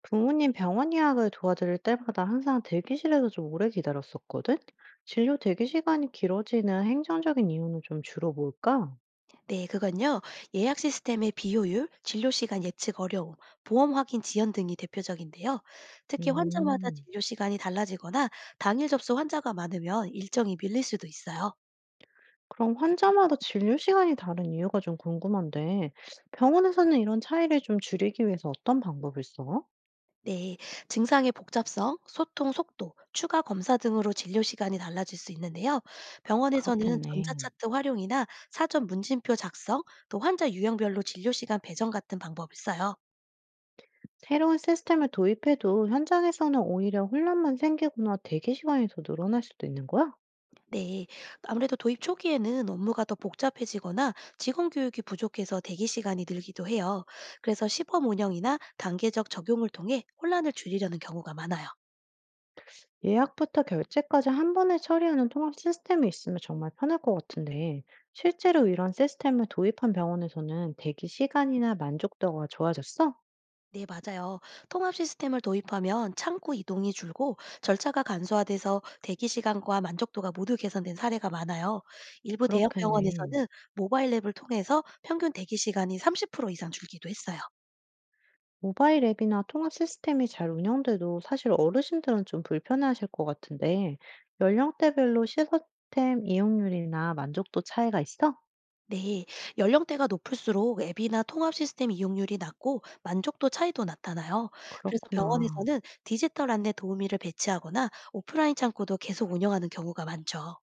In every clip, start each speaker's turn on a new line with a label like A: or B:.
A: 부모님 병원 예약을 도와드릴 때마다 항상 대기실에서 좀 오래 기다렸었거든? 진료 대기 시간이 길어지는 행정적인 이유는 좀 주로 뭘까?
B: 네, 그건요. 예약 시스템의 비효율, 진료 시간 예측 어려움, 보험 확인 지연 등이 대표적인데요. 특히 환자마다
A: 음,
B: 진료 시간이 달라지거나 당일 접수 환자가 많으면 일정이 밀릴 수도 있어요.
A: 그럼 환자마다 진료 시간이 다른 이유가 좀 궁금한데, 병원에서는 이런 차이를 좀 줄이기 위해서 어떤 방법을 써?
B: 네, 증상의 복잡성, 소통 속도, 추가 검사 등으로 진료 시간이 달라질 수 있는데요. 병원에서는
A: 그렇겠네.
B: 전자차트 활용이나 사전 문진표 작성, 또 환자 유형별로 진료 시간 배정 같은 방법을 써요.
A: 새로운 시스템을 도입해도 현장에서는 오히려 혼란만 생기거나 대기 시간이 더 늘어날 수도 있는 거야?
B: 네. 아무래도 도입 초기에는 업무가 더 복잡해지거나 직원 교육이 부족해서 대기 시간이 늘기도 해요. 그래서 시범 운영이나 단계적 적용을 통해 혼란을 줄이려는 경우가 많아요.
A: 예약부터 결제까지 한 번에 처리하는 통합 시스템이 있으면 정말 편할 것 같은데, 실제로 이런 시스템을 도입한 병원에서는 대기 시간이나 만족도가 좋아졌어?
B: 네, 맞아요. 통합 시스템을 도입하면 창구 이동이 줄고 절차가 간소화돼서 대기 시간과 만족도가 모두 개선된 사례가 많아요. 일부 대형
A: 그렇겠네.
B: 병원에서는 모바일 앱을 통해서 평균 대기 시간이 30% 이상 줄기도 했어요.
A: 모바일 앱이나 통합 시스템이 잘 운영돼도 사실 어르신들은 좀 불편해하실 것 같은데, 연령대별로 시스템 이용률이나 만족도 차이가 있어?
B: 네, 연령대가 높을수록 앱이나 통합 시스템 이용률이 낮고 만족도 차이도 나타나요. 그래서
A: 그렇구나.
B: 병원에서는 디지털 안내 도우미를 배치하거나 오프라인 창구도 계속 운영하는 경우가 많죠.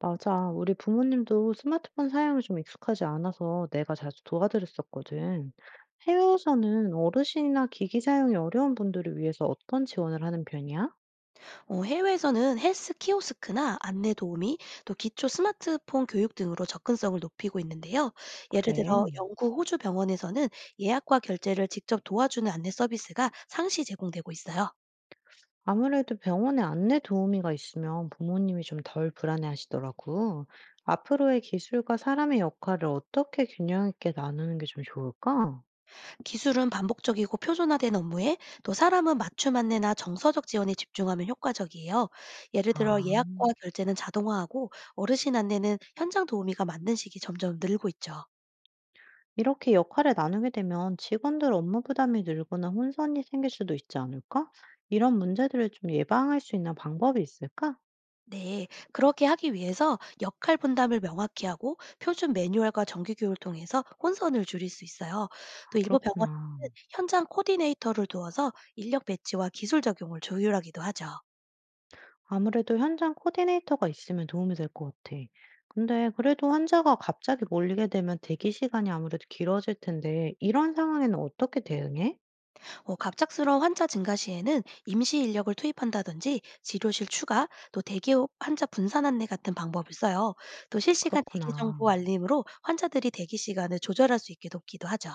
A: 맞아. 우리 부모님도 스마트폰 사용이 좀 익숙하지 않아서 내가 자주 도와드렸었거든. 해외에서는 어르신이나 기기 사용이 어려운 분들을 위해서 어떤 지원을 하는 편이야?
B: 해외에서는 헬스 키오스크나 안내 도우미, 또 기초 스마트폰 교육 등으로 접근성을 높이고 있는데요. 예를
A: 그래.
B: 들어 영국 호주 병원에서는 예약과 결제를 직접 도와주는 안내 서비스가 상시 제공되고 있어요.
A: 아무래도 병원에 안내 도우미가 있으면 부모님이 좀 덜 불안해하시더라고. 앞으로의 기술과 사람의 역할을 어떻게 균형 있게 나누는 게 좀 좋을까?
B: 기술은 반복적이고 표준화된 업무에 또 사람은 맞춤 안내나 정서적 지원에 집중하면 효과적이에요. 예를 들어
A: 아.
B: 예약과 결제는 자동화하고 어르신 안내는 현장 도우미가 맡는 식이 점점 늘고 있죠.
A: 이렇게 역할을 나누게 되면 직원들 업무 부담이 늘거나 혼선이 생길 수도 있지 않을까? 이런 문제들을 좀 예방할 수 있는 방법이 있을까?
B: 네, 그렇게 하기 위해서 역할 분담을 명확히 하고 표준 매뉴얼과 정규 교육을 통해서 혼선을 줄일 수 있어요. 또 일부 병원은
A: 그렇구나.
B: 현장 코디네이터를 두어서 인력 배치와 기술 적용을 조율하기도 하죠.
A: 아무래도 현장 코디네이터가 있으면 도움이 될 것 같아. 근데 그래도 환자가 갑자기 몰리게 되면 대기 시간이 아무래도 길어질 텐데, 이런 상황에는 어떻게 대응해?
B: 갑작스러운 환자 증가 시에는 임시 인력을 투입한다든지 진료실 추가, 또 대기 후 환자 분산 안내 같은 방법을 써요. 또 실시간 대기
A: 그렇구나.
B: 정보 알림으로 환자들이 대기 시간을 조절할 수 있게 돕기도 하죠.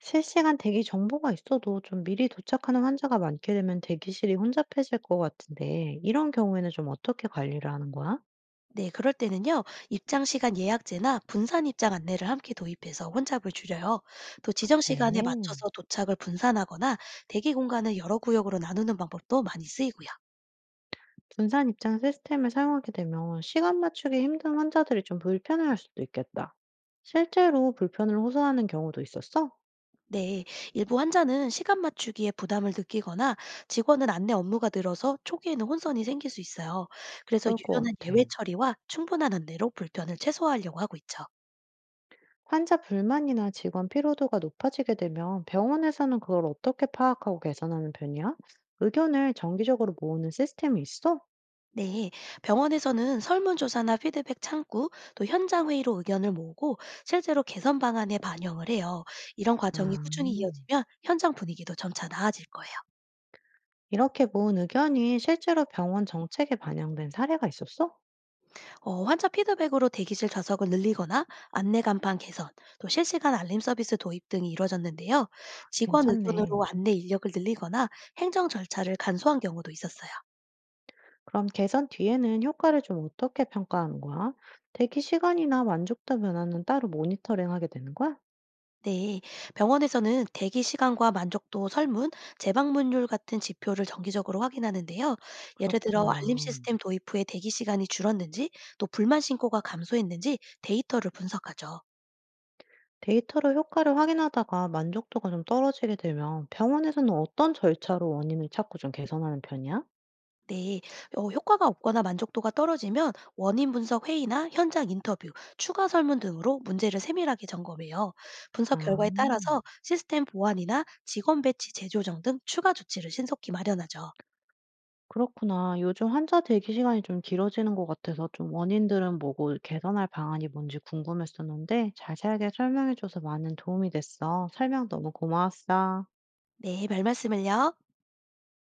A: 실시간 대기 정보가 있어도 좀 미리 도착하는 환자가 많게 되면 대기실이 혼잡해질 것 같은데, 이런 경우에는 좀 어떻게 관리를 하는 거야?
B: 네, 그럴 때는요, 입장 시간 예약제나 분산 입장 안내를 함께 도입해서 혼잡을 줄여요. 또 지정 시간에
A: 그래.
B: 맞춰서 도착을 분산하거나 대기 공간을 여러 구역으로 나누는 방법도 많이 쓰이고요.
A: 분산 입장 시스템을 사용하게 되면 시간 맞추기 힘든 환자들이 좀 불편해할 수도 있겠다. 실제로 불편을 호소하는 경우도 있었어?
B: 네, 일부 환자는 시간 맞추기에 부담을 느끼거나 직원은 안내 업무가 늘어서 초기에는 혼선이 생길 수 있어요. 그래서
A: 그럴 것
B: 유연한
A: 같아.
B: 예외 처리와 충분한 안내로 불편을 최소화하려고 하고 있죠.
A: 환자 불만이나 직원 피로도가 높아지게 되면 병원에서는 그걸 어떻게 파악하고 개선하는 편이야? 의견을 정기적으로 모으는 시스템이 있어?
B: 네, 병원에서는 설문조사나 피드백 창구, 또 현장 회의로 의견을 모으고 실제로 개선 방안에 반영을 해요. 이런
A: 아,
B: 과정이 꾸준히 이어지면 현장 분위기도 점차 나아질 거예요.
A: 이렇게 모은 의견이 실제로 병원 정책에 반영된 사례가 있었어?
B: 환자 피드백으로 대기실 좌석을 늘리거나 안내 간판 개선, 또 실시간 알림 서비스 도입 등이 이뤄졌는데요. 직원
A: 괜찮네.
B: 의견으로 안내 인력을 늘리거나 행정 절차를 간소한 경우도 있었어요.
A: 그럼 개선 뒤에는 효과를 좀 어떻게 평가하는 거야? 대기 시간이나 만족도 변화는 따로 모니터링하게 되는 거야?
B: 네, 병원에서는 대기 시간과 만족도 설문, 재방문율 같은 지표를 정기적으로 확인하는데요. 예를 들어 알림
A: 그렇구나.
B: 시스템 도입 후에 대기 시간이 줄었는지, 또 불만 신고가 감소했는지 데이터를 분석하죠.
A: 데이터로 효과를 확인하다가 만족도가 좀 떨어지게 되면 병원에서는 어떤 절차로 원인을 찾고 좀 개선하는 편이야?
B: 네, 효과가 없거나 만족도가 떨어지면 원인 분석 회의나 현장 인터뷰, 추가 설문 등으로 문제를 세밀하게 점검해요. 분석
A: 아,
B: 결과에 따라서 시스템 보완이나 직원 배치 재조정 등 추가 조치를 신속히 마련하죠.
A: 그렇구나. 요즘 환자 대기 시간이 좀 길어지는 것 같아서 좀 원인들은 뭐고 개선할 방안이 뭔지 궁금했었는데 자세하게 설명해줘서 많은 도움이 됐어. 설명 너무 고마웠어.
B: 네, 별 말씀을요.